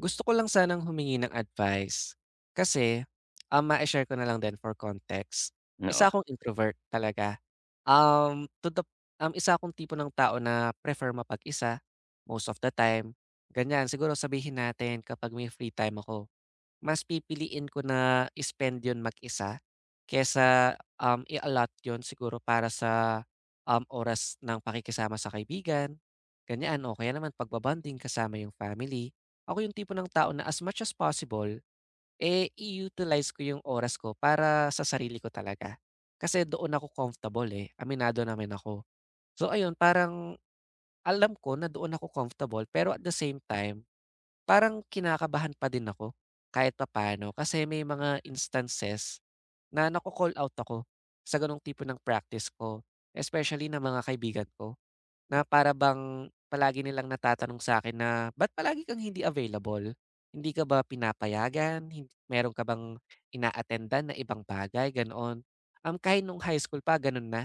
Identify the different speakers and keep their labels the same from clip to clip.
Speaker 1: Gusto ko lang sanang humingi ng advice kasi, mai-share ko na lang din for context.
Speaker 2: Oo,
Speaker 1: Isa akong introvert talaga. Um, to the um, isa akong tipo ng tao na prefer mapag-isa most of the time, ganyan. Siguro sabihin natin kapag may free time ako. Mas pipiliin ko na i-spend 'yun mag-isa kaysa, i-allot 'yun siguro para sa, oras ng pakikisama sa kaibigan, ganyan o kaya naman pagbo-bonding kasama yung family. Ako yung tipo ng tao na as much as possible, eh, i-utilize ko yung oras ko para sa sarili ko talaga. Kasi doon ako comfortable, eh, aminado naman ako. So ayun, parang alam ko na doon ako comfortable pero at the same time parang kinakabahan pa din ako kahit papaano kasi may mga instances na nako-call out ako sa gano'ng tipo ng practice ko, especially ng mga kaibigan ko na para bang palagi nilang natatanong sa akin na, "Ba't palagi kang hindi available? Hindi ka ba pinapayagan? Meron ka bang ina-attendan na ibang bagay?" Ganoon. Kahit nung high school pa gano'n na,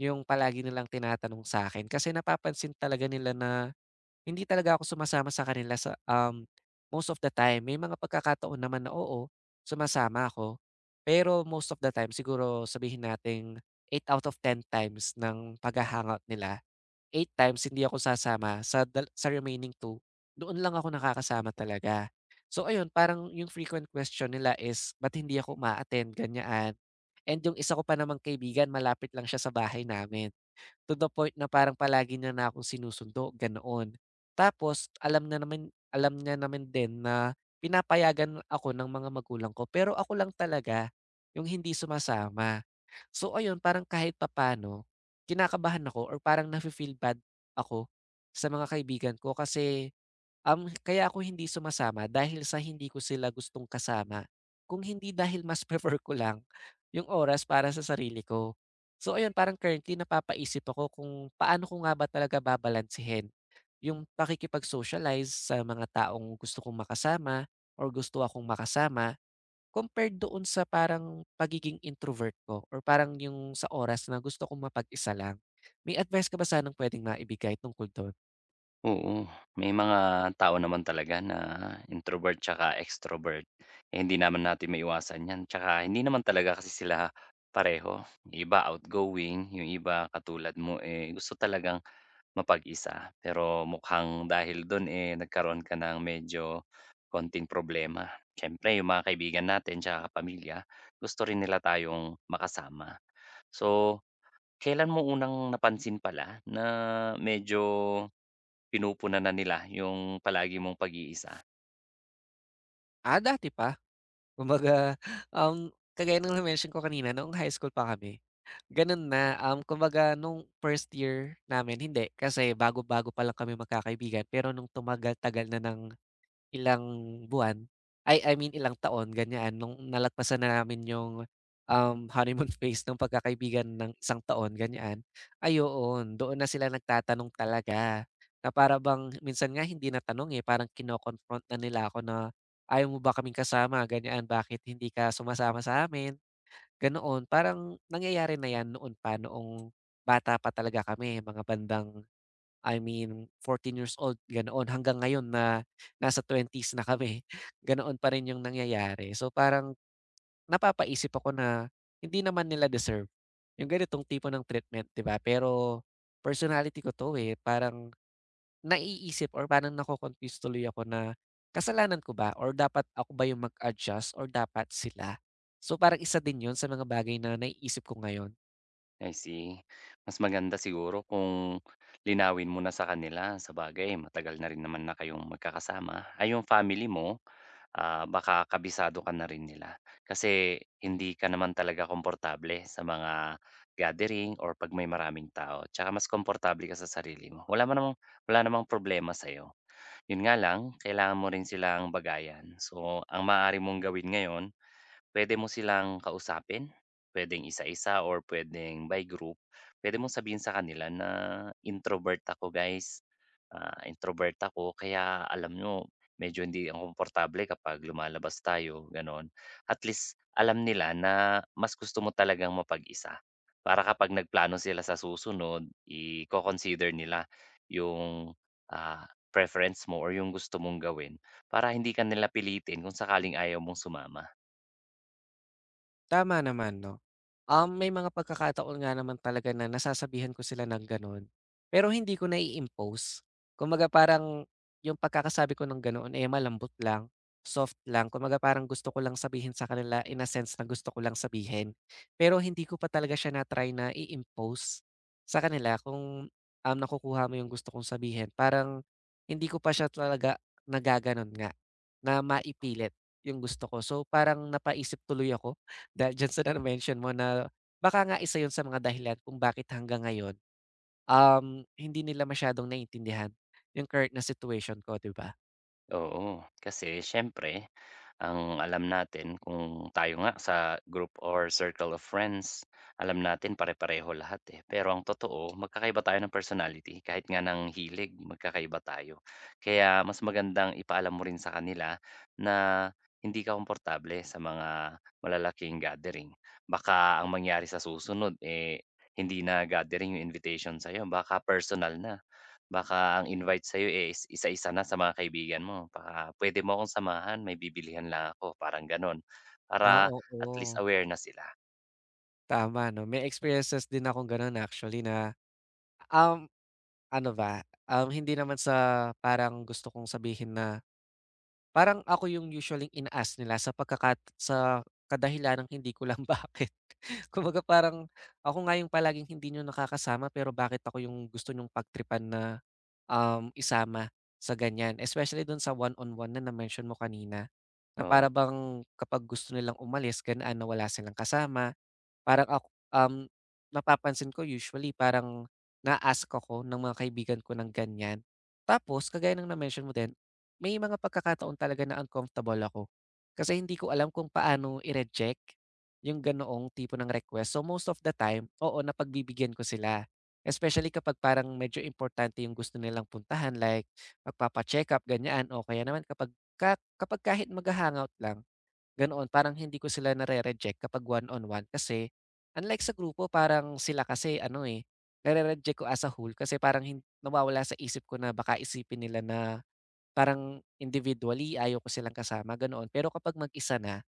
Speaker 1: yung palagi nilang tinatanong sa akin kasi napapansin talaga nila na hindi talaga ako sumasama sa kanila sa, most of the time. May mga pagkakataon naman na oo, sumasama ako. Pero most of the time siguro sabihin nating 8 out of 10 times ng pagha-hangout nila, 8 times hindi ako sasama sa remaining two. Doon lang ako nakakasama talaga. So ayun, parang yung frequent question nila is ba't hindi ako uma-attend, ganyan. And yung isa ko pa namang kaibigan malapit lang siya sa bahay namin to the point na parang palagi niya na akong sinusundo, ganoon. Tapos alam na naman alam niya naman din na pinapayagan ako ng mga magulang ko, pero ako lang talaga yung hindi sumasama. So ayun, parang kahit papaano kinakabahan ako or parang nafe-feel bad ako sa mga kaibigan ko kasi, kaya ako hindi sumasama dahil sa hindi ko sila gustong kasama, kung hindi dahil mas prefer ko lang yung oras para sa sarili ko. So ayun, parang currently napapaisip ako kung paano ko nga ba talaga babalansehin yung pakikipag-socialize sa mga taong gusto kong makasama or gusto akong makasama compared doon sa parang pagiging introvert ko or parang yung sa oras na gusto kong mapag-isa lang. May advice ka ba sanang pwedeng maibigay tungkol doon?
Speaker 2: oo. May mga tao naman talaga na introvert tsaka extrovert, eh, hindi naman natin maiwasan 'yan tsaka hindi naman talaga kasi sila pareho. Yung iba outgoing, yung iba katulad mo, eh, gusto talagang mapag-isa. Pero mukhang dahil do'n, eh, nagkaroon ka ng medyo konting problema. Siyempre yung mga kaibigan natin tsaka pamilya, gusto rin nila tayong makasama. So, kailan mo unang napansin pala na medyo pinupunan na nila yung palagi mong pag-iisa?
Speaker 1: Ah, dati pa. Kumbaga, kagaya ng na-mention ko kanina noong high school pa kami, gano'n na, kumbaga nung first year namin hindi, kasi bago-bago pa lang kami magkakaibigan pero nung tumagal-tagal na ng ilang buwan, ay I mean ilang taon ganyan nung nalagpasan na namin yung, honeymoon phase ng pagkakaibigan ng isang taon ganyan, ay doon na sila nagtatanong talaga. Na para bang minsan nga hindi na tanong, eh, parang kino-confront na nila ako na, "Ayaw mo ba kaming kasama ganyan, bakit hindi ka sumasama sa amin?" Ganoon, parang nangyayari na 'yan noon pa, noong bata pa talaga kami, mga bandang I mean 14 years old, ganoon. Hanggang ngayon na nasa twenties na kami, ganoon pa rin 'yung nangyayari. So, parang napapaisip ako na hindi naman nila deserve 'yung ganitong tipo ng treatment, 'di ba? Pero personality ko 'to, eh, parang naiisip or parang nako-confuse tuloy ako na, kasalanan ko ba or dapat ako ba yung mag-adjust or dapat sila? So, parang isa din yun sa mga bagay na naiisip ko ngayon.
Speaker 2: I see. Mas maganda siguro kung linawin mo na sa kanila, sa bagay matagal na rin naman na kayong magkakasama. Ay yung family mo, baka kabisado ka na rin nila. Kasi hindi ka naman talaga komportable sa mga gathering or 'pag may maraming tao. Tsaka mas komportable ka sa sarili mo. Wala namang problema sa'yo. Yun nga lang, kailangan mo rin silang bagayan. So, ang maaari mong gawin ngayon. Puwede mo silang kausapin, puwedeng isa-isa or puwedeng by group. Puwede mong sabihin sa kanila na, "Introvert ako guys, introvert ako kaya alam nyo, medyo hindi ako komportable kapag lumalabas tayo." Gano'n. At least alam nila na mas gusto mo talagang mapag-isa para kapag nagplano sila sa susunod iko-consider nila yung, preference mo or yung gusto mong gawin para hindi ka nila pilitin kung sakaling ayaw mong sumama.
Speaker 1: Tama naman 'no. May mga pagkakataon nga naman talaga na nasasabihan ko sila ng gano'n, pero hindi ko nai-impose. Kumbaga parang yung pagkakasabi ko ng ganoon, eh, malambot lang, soft lang. Kumbaga parang gusto ko lang sabihin sa kanila in a sense na gusto ko lang sabihin. Pero hindi ko pa talaga siya na-try na i-impose sa kanila kung, nakukuha mo yung gusto kong sabihin. Parang hindi ko pa siya talaga nagaganon nga, na maipilit yung gusto ko. So, parang napaisip tuloy ako dahil diyan sa na-mention mo na baka nga isa 'yun sa mga dahilan kung bakit hanggang ngayon, hindi nila masyadong naiintindihan yung current na situation ko, 'di ba?
Speaker 2: Oo, kasi siyempre ang alam natin kung tayo nga sa group or circle of friends, alam natin pare-pareho lahat, eh. Pero ang totoo magkakaiba tayo ng personality kahit nga ng hilig magkakaiba tayo. Kaya mas magandang ipaalam mo rin sa kanila na hindi ka komportable sa mga malalaking gathering. Baka ang mangyari sa susunod, eh, hindi na gathering yung invitation sa'yo, baka personal na. Baka ang invite sa'yo, eh, is isa-isa na sa mga kaibigan mo, baka pwede mo akong samahan, may bibilihan lang ako, parang gano'n.
Speaker 1: Ah,
Speaker 2: Para at least
Speaker 1: oo.
Speaker 2: aware na sila,
Speaker 1: Tama 'no, may experiences din akong gano'n actually na, um, ano ba, hindi naman sa parang gusto kong sabihin na parang ako yung usually inaas nila sa pagkakat sa kadahilanang hindi ko lang bakit. Kumbaga parang ako nga yung palaging hindi nyo nakakasama pero bakit ako yung gusto niyong pagtripan na, isama sa ganyan. Especially dun sa one-on-one na na-mention mo kanina, na
Speaker 2: oo.
Speaker 1: para bang kapag gusto nilang umalis, ganaan na wala silang kasama. Parang ako, um, napapansin ko usually parang na-a-ask ako ng mga kaibigan ko ng ganyan. Tapos kagaya ng na-mention mo din, may mga pagkakataon talaga na uncomfortable ako. Kasi hindi ko alam kung paano i-reject yung ganoong tipo ng request. So most of the time, oo, napagbibigyan ko sila. Especially kapag parang medyo importante yung gusto nilang puntahan like magpapa-check up, ganyan. O kaya naman kapag ka, kapag kahit magha-hangout lang ganoon, parang hindi ko sila nare-reject kapag one-on-one kasi unlike sa grupo parang sila kasi ano, eh, nare-reject ko as a whole kasi parang hin nawawala sa isip ko na baka isipin nila na parang individually ayaw ko silang kasama, ganoon. Pero kapag mag-isa na.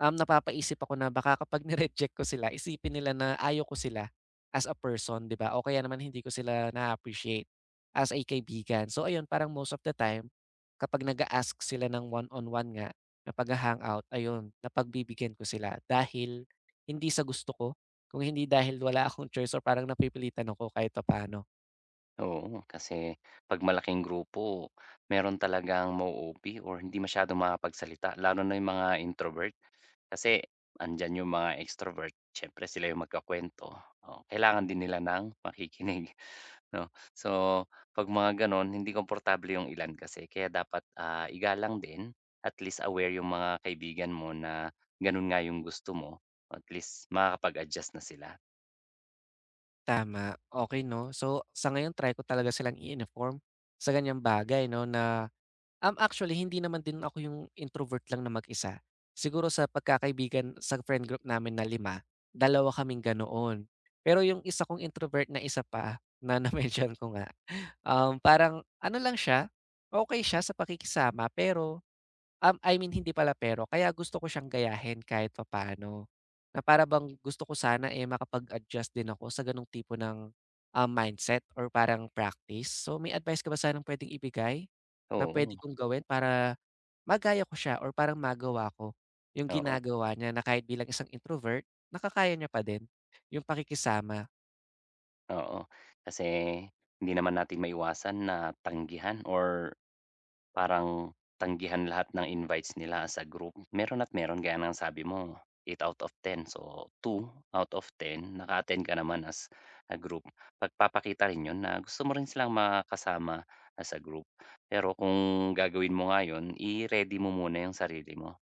Speaker 1: Napapaisip ako na baka kapag ni-reject ko sila isipin nila na ayaw ko sila as a person, 'di ba? O kaya naman hindi ko sila na appreciate as a kaibigan. So ayun, parang most of the time kapag nag-a-ask sila ng one-on-one nga na pagha-hangout, ayun, napagbibigyan ko sila dahil hindi sa gusto ko, kung hindi dahil wala akong choice or parang napipilitan ako kahit papaano.
Speaker 2: Oo, kasi 'pag malaking grupo, meron talagang ma-o-OP or hindi masyadong makapagsalita lalo na yung mga introvert. Kasi andiyan yung mga extrovert, siyempre sila yung magkukuwento, oo, kailangan din nila ng makikinig. 'No? So, 'pag mga gano'n hindi komportable yung ilan kasi kaya dapat, igalang din at least aware yung mga kaibigan mo na gano'n nga yung gusto mo, at least makakapag-adjust na sila.
Speaker 1: Tama, okey 'no? So, sa ngayon try ko talaga silang i-inform sa ganiyang bagay 'no na. Actually hindi naman din ako yung introvert lang na mag-isa. Siguro sa pagkakaibigan sa friend group namin na 5, dalawa kaming ganoon. Pero yung isa kong introvert na isa pa na na-mention ko nga, parang ano lang siya, okay siya sa pakikisama pero, I mean hindi pala pero, kaya gusto ko siyang gayahin kahit papaano. Na para bang gusto ko sana, eh, makapag-adjust din ako sa gano'ng tipo ng, mindset or parang practice. So, may advice ka ba sanang pwedeng ibigay? Na puwede
Speaker 2: Oo,
Speaker 1: kong gawin para magaya ko siya or parang magawa ko yung
Speaker 2: oo,
Speaker 1: ginagawa niya na kahit bilang isang introvert nakakaya niya pa din, yung pakikisama.
Speaker 2: oo. Kasi hindi naman natin maiwasan na tanggihan or Parang tanggihan lahat ng invites nila sa group. Meron at meron gaya ng sabi mo, eight out of ten. Two out of 10 naka-attend ka naman as a group. Pagpapakita rin 'yun na gusto mo rin silang makasama as a group. Pero kung gagawin mo nga 'yun, i-ready mo muna 'yung sarili mo.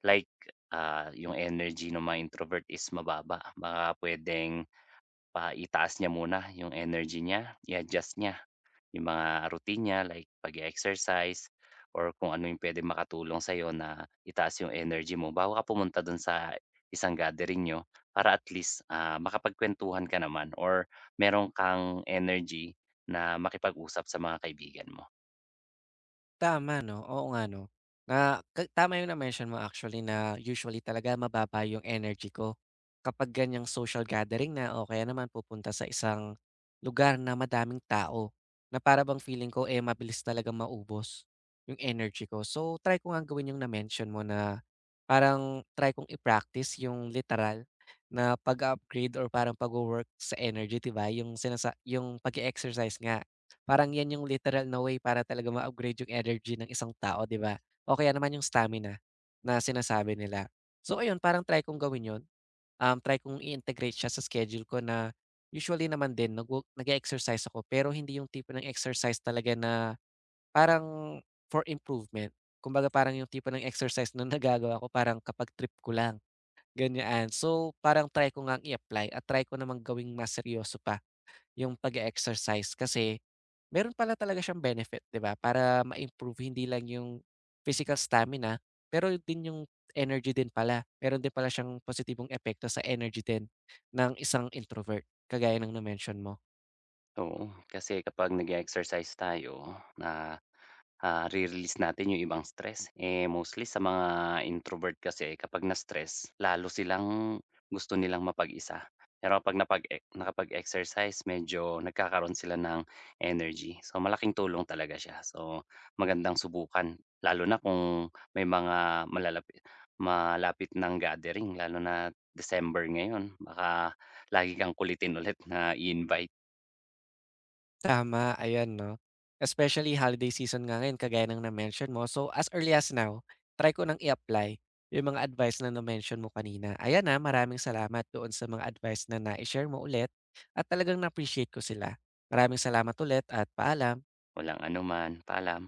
Speaker 2: Like, 'yung energy ng mga introvert is mababa. Baka puwedeng pa itaas niya muna 'yung energy niya, i-adjust niya. Yung mga routine niya like pag exercise or kung ano yung pwede makatulong sa'yo na itaas yung energy mo bago ka pumunta dun sa isang gathering niyo para at least, makapagkuwentuhan ka naman or meron kang energy na makipag-usap sa mga kaibigan mo.
Speaker 1: Tama 'no, oo nga 'no. Na ka tama yung na-mention mo actually na usually talaga mababa yung energy ko kapag ganiyang social gathering na o kaya naman pupunta sa isang lugar na madaming tao na para bang feeling ko, eh, mabilis talaga maubos yung energy ko. So, try ko ngang gawin yung na-mention mo na parang try kong i-practice yung literal na pag upgrade or parang pagwo-work sa energy, 'di ba? Yung sinasa yung pag exercise nga. Parang 'yan yung literal na way para talaga ma-upgrade yung energy ng isang tao, 'di ba? O kaya naman yung stamina na sinasabi nila. So ayun, parang try kong gawin 'yun. Try kong i-integrate siya sa schedule ko na usually naman din nagwo nag exercise ako pero hindi yung tipo ng exercise talaga na parang for improvement. Kumbaga parang yung tipo ng exercise na nagagawa ko parang kapag trip ko lang, ganyan. So parang try ko ngang i-apply at try ko namang gawing mas seryoso pa yung pag exercise kasi meron pala talaga siyang benefit, 'di ba? Para ma-improve hindi lang yung physical stamina, pero din yung energy din pala. Meron din pala siyang positibong epekto sa energy din ng isang introvert, kagaya ng na-mention mo.
Speaker 2: Oo, kasi kapag nag exercise tayo re-release natin yung ibang stress. Eh, mostly sa mga introvert kasi kapag na-stress lalo silang gusto nilang mapag-isa. Pero kapag napag e nakapag-exercise medyo nagkakaroon sila ng energy. So, malaking tulong talaga siya. So, magandang subukan lalo na kung may mga malapit ng gathering lalo na December ngayon. Baka lagi kang kulitin ulit na i-invite,
Speaker 1: Tama, ayan 'no. Especially holiday season nga ngayon kagaya ng na-mention mo. So, as early as now, try ko nang i-apply yung mga advice na na-mention mo kanina. Ayan, ah, maraming salamat doon sa mga advice na na share mo ulit at talagang na-appreciate ko sila. Maraming salamat ulit at paalam.
Speaker 2: walang anuman, paalam.